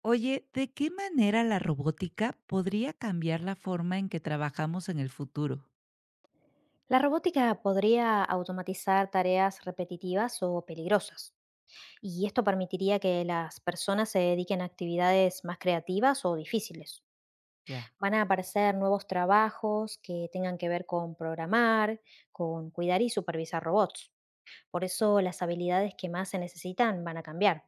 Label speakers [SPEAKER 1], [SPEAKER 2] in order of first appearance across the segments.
[SPEAKER 1] Oye, ¿de qué manera la robótica podría cambiar la forma en que trabajamos en el futuro?
[SPEAKER 2] La robótica podría automatizar tareas repetitivas o peligrosas, y esto permitiría que las personas se dediquen a actividades más creativas o difíciles.
[SPEAKER 1] Ya.
[SPEAKER 2] Van a aparecer nuevos trabajos que tengan que ver con programar, con cuidar y supervisar robots. Por eso las habilidades que más se necesitan van a cambiar.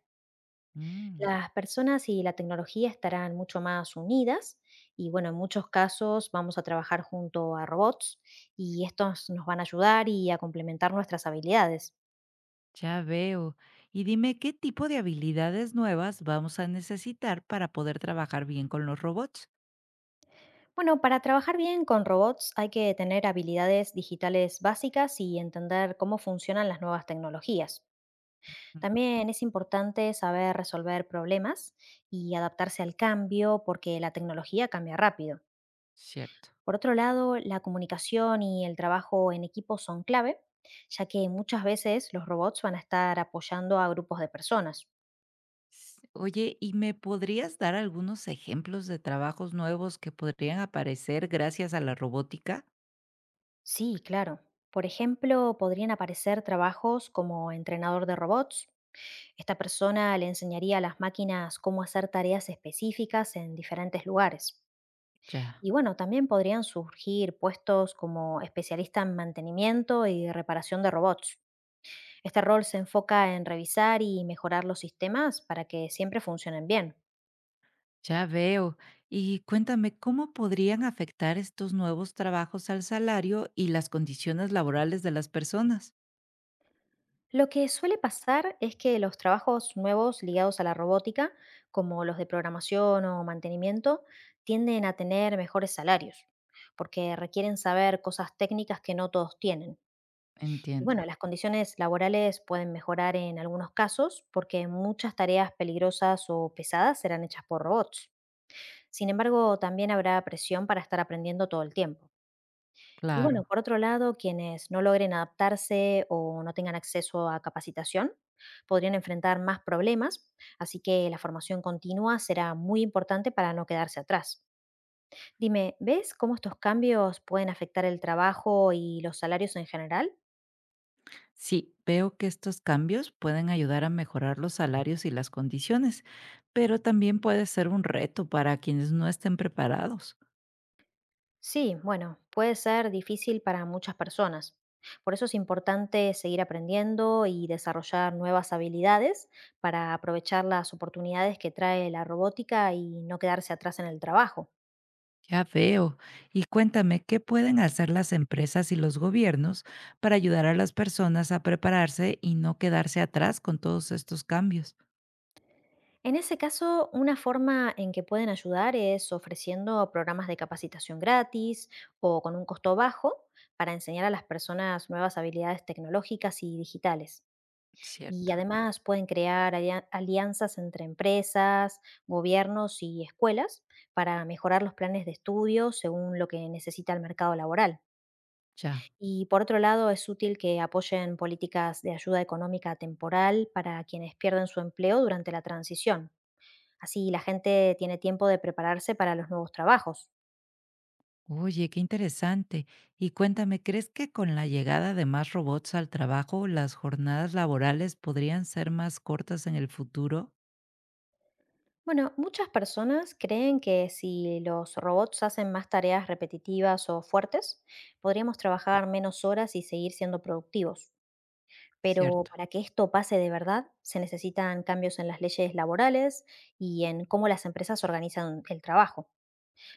[SPEAKER 1] Mm,
[SPEAKER 2] Las personas y la tecnología estarán mucho más unidas y bueno, en muchos casos vamos a trabajar junto a robots y estos nos van a ayudar y a complementar nuestras habilidades.
[SPEAKER 1] ya veo. Y dime, ¿qué tipo de habilidades nuevas vamos a necesitar para poder trabajar bien con los robots?
[SPEAKER 2] Bueno, para trabajar bien con robots hay que tener habilidades digitales básicas y entender cómo funcionan las nuevas tecnologías.
[SPEAKER 1] Mm.
[SPEAKER 2] También es importante saber resolver problemas y adaptarse al cambio porque la tecnología cambia rápido.
[SPEAKER 1] Cierto.
[SPEAKER 2] Por otro lado, la comunicación y el trabajo en equipo son clave, ya que muchas veces los robots van a estar apoyando a grupos de personas.
[SPEAKER 1] Oye, ¿y me podrías dar algunos ejemplos de trabajos nuevos que podrían aparecer gracias a la robótica?
[SPEAKER 2] Sí, claro. Por ejemplo, podrían aparecer trabajos como entrenador de robots. Esta persona le enseñaría a las máquinas cómo hacer tareas específicas en diferentes lugares.
[SPEAKER 1] Ya.
[SPEAKER 2] Y bueno, también podrían surgir puestos como especialista en mantenimiento y reparación de robots. Este rol se enfoca en revisar y mejorar los sistemas para que siempre funcionen bien.
[SPEAKER 1] Ya veo. Y cuéntame, ¿cómo podrían afectar estos nuevos trabajos al salario y las condiciones laborales de las personas?
[SPEAKER 2] Lo que suele pasar es que los trabajos nuevos ligados a la robótica, como los de programación o mantenimiento, tienden a tener mejores salarios, porque requieren saber cosas técnicas que no todos tienen. Y
[SPEAKER 1] Entiendo,
[SPEAKER 2] bueno, las condiciones laborales pueden mejorar en algunos casos porque muchas tareas peligrosas o pesadas serán hechas por robots. Sin embargo, también habrá presión para estar aprendiendo todo el tiempo. Y bueno,
[SPEAKER 1] claro.
[SPEAKER 2] por otro lado, quienes no logren adaptarse o no tengan acceso a capacitación podrían enfrentar más problemas, así que la formación continua será muy importante para no quedarse atrás. Dime, ¿ves cómo estos cambios pueden afectar el trabajo y los salarios en general?
[SPEAKER 1] Sí, veo que estos cambios pueden ayudar a mejorar los salarios y las condiciones, pero también puede ser un reto para quienes no estén preparados.
[SPEAKER 2] Sí, bueno, puede ser difícil para muchas personas. Por eso es importante seguir aprendiendo y desarrollar nuevas habilidades para aprovechar las oportunidades que trae la robótica y no quedarse atrás en el trabajo.
[SPEAKER 1] Ya veo. Y cuéntame, ¿qué pueden hacer las empresas y los gobiernos para ayudar a las personas a prepararse y no quedarse atrás con todos estos cambios?
[SPEAKER 2] En ese caso, una forma en que pueden ayudar es ofreciendo programas de capacitación gratis o con un costo bajo para enseñar a las personas nuevas habilidades tecnológicas y digitales. Y
[SPEAKER 1] Cierto.
[SPEAKER 2] además pueden crear alianzas entre empresas, gobiernos y escuelas para mejorar los planes de estudio según lo que necesita el mercado laboral.
[SPEAKER 1] Ya.
[SPEAKER 2] Y por otro lado, es útil que apoyen políticas de ayuda económica temporal para quienes pierden su empleo durante la transición. Así la gente tiene tiempo de prepararse para los nuevos trabajos.
[SPEAKER 1] Oye, qué interesante. Y cuéntame, ¿crees que con la llegada de más robots al trabajo, las jornadas laborales podrían ser más cortas en el futuro?
[SPEAKER 2] Bueno, muchas personas creen que si los robots hacen más tareas repetitivas o fuertes, podríamos trabajar menos horas y seguir siendo productivos. Pero
[SPEAKER 1] Cierto.
[SPEAKER 2] para que esto pase de verdad, se necesitan cambios en las leyes laborales y en cómo las empresas organizan el trabajo.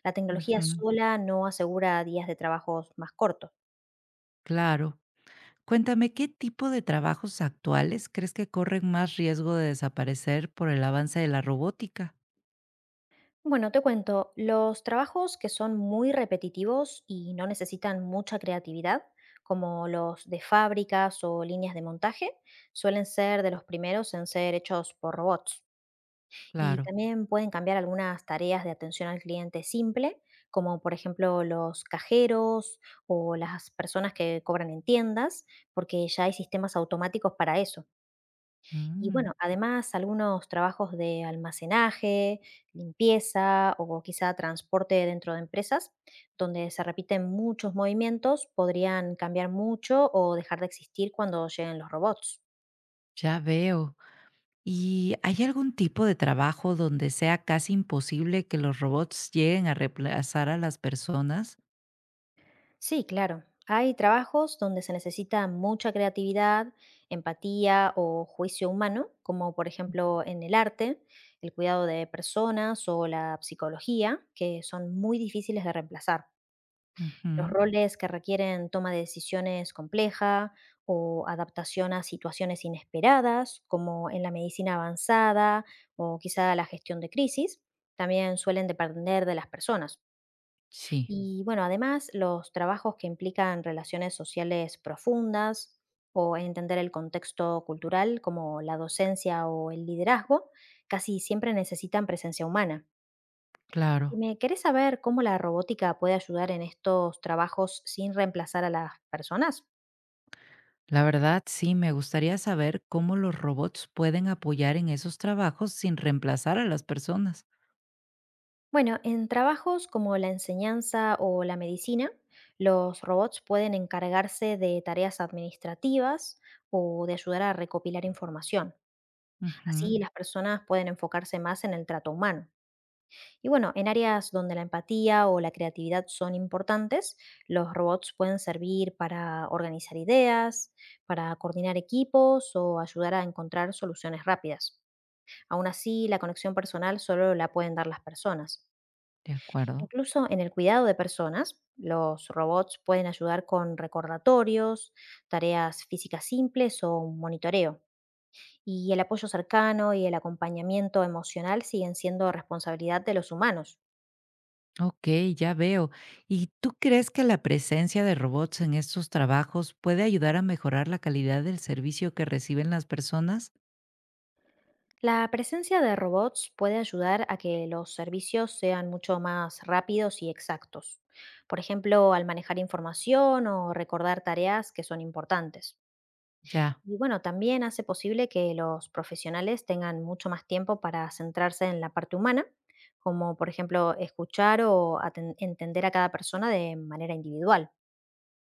[SPEAKER 2] La tecnología
[SPEAKER 1] Ujú.
[SPEAKER 2] sola no asegura días de trabajos más cortos.
[SPEAKER 1] Claro. Cuéntame, ¿qué tipo de trabajos actuales crees que corren más riesgo de desaparecer por el avance de la robótica?
[SPEAKER 2] Bueno, te cuento, los trabajos que son muy repetitivos y no necesitan mucha creatividad, como los de fábricas o líneas de montaje, suelen ser de los primeros en ser hechos por robots. Y
[SPEAKER 1] Claro.
[SPEAKER 2] también pueden cambiar algunas tareas de atención al cliente simple, como por ejemplo los cajeros o las personas que cobran en tiendas, porque ya hay sistemas automáticos para eso. Y
[SPEAKER 1] Mm,
[SPEAKER 2] bueno, además algunos trabajos de almacenaje, limpieza o quizá transporte dentro de empresas, donde se repiten muchos movimientos, podrían cambiar mucho o dejar de existir cuando lleguen los robots.
[SPEAKER 1] ya veo. ¿Y hay algún tipo de trabajo donde sea casi imposible que los robots lleguen a reemplazar a las personas?
[SPEAKER 2] Sí, claro. Hay trabajos donde se necesita mucha creatividad, empatía o juicio humano, como por ejemplo en el arte, el cuidado de personas o la psicología, que son muy difíciles de reemplazar. Los
[SPEAKER 1] Ujú.
[SPEAKER 2] roles que requieren toma de decisiones compleja o adaptación a situaciones inesperadas, como en la medicina avanzada o quizá la gestión de crisis, también suelen depender de las personas.
[SPEAKER 1] Sí.
[SPEAKER 2] Y bueno, además los trabajos que implican relaciones sociales profundas o entender el contexto cultural, como la docencia o el liderazgo, casi siempre necesitan presencia humana.
[SPEAKER 1] Claro.
[SPEAKER 2] Dime, ¿querés saber cómo la robótica puede ayudar en estos trabajos sin reemplazar a las personas?
[SPEAKER 1] La verdad, sí, me gustaría saber cómo los robots pueden apoyar en esos trabajos sin reemplazar a las personas.
[SPEAKER 2] Bueno, en trabajos como la enseñanza o la medicina, los robots pueden encargarse de tareas administrativas o de ayudar a recopilar información.
[SPEAKER 1] Ujú,
[SPEAKER 2] Así las personas pueden enfocarse más en el trato humano. Y bueno, en áreas donde la empatía o la creatividad son importantes, los robots pueden servir para organizar ideas, para coordinar equipos o ayudar a encontrar soluciones rápidas. Aún así, la conexión personal solo la pueden dar las personas.
[SPEAKER 1] de acuerdo.
[SPEAKER 2] Incluso en el cuidado de personas, los robots pueden ayudar con recordatorios, tareas físicas simples o un monitoreo. Y el apoyo cercano y el acompañamiento emocional siguen siendo responsabilidad de los humanos.
[SPEAKER 1] Ok, ya veo. ¿Y tú crees que la presencia de robots en estos trabajos puede ayudar a mejorar la calidad del servicio que reciben las personas?
[SPEAKER 2] La presencia de robots puede ayudar a que los servicios sean mucho más rápidos y exactos. Por ejemplo, al manejar información o recordar tareas que son importantes.
[SPEAKER 1] Ya,
[SPEAKER 2] Y bueno, también hace posible que los profesionales tengan mucho más tiempo para centrarse en la parte humana, como por ejemplo escuchar o entender a cada persona de manera individual.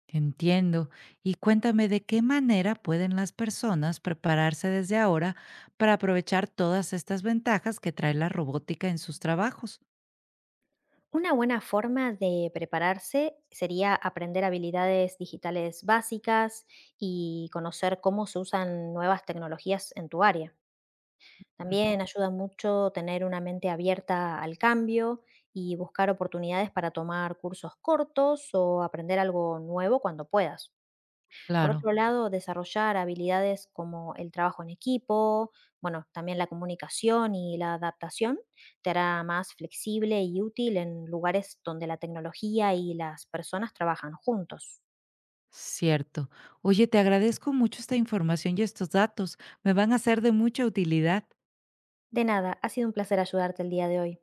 [SPEAKER 1] entiendo. Y cuéntame de qué manera pueden las personas prepararse desde ahora para aprovechar todas estas ventajas que trae la robótica en sus trabajos.
[SPEAKER 2] Una buena forma de prepararse sería aprender habilidades digitales básicas y conocer cómo se usan nuevas tecnologías en tu área. También ayuda mucho tener una mente abierta al cambio y buscar oportunidades para tomar cursos cortos o aprender algo nuevo cuando puedas. Por
[SPEAKER 1] Claro,
[SPEAKER 2] otro lado, desarrollar habilidades como el trabajo en equipo, bueno, también la comunicación y la adaptación te hará más flexible y útil en lugares donde la tecnología y las personas trabajan juntos.
[SPEAKER 1] cierto. Oye, te agradezco mucho esta información y estos datos. Me van a ser de mucha utilidad.
[SPEAKER 2] De nada, ha sido un placer ayudarte el día de hoy.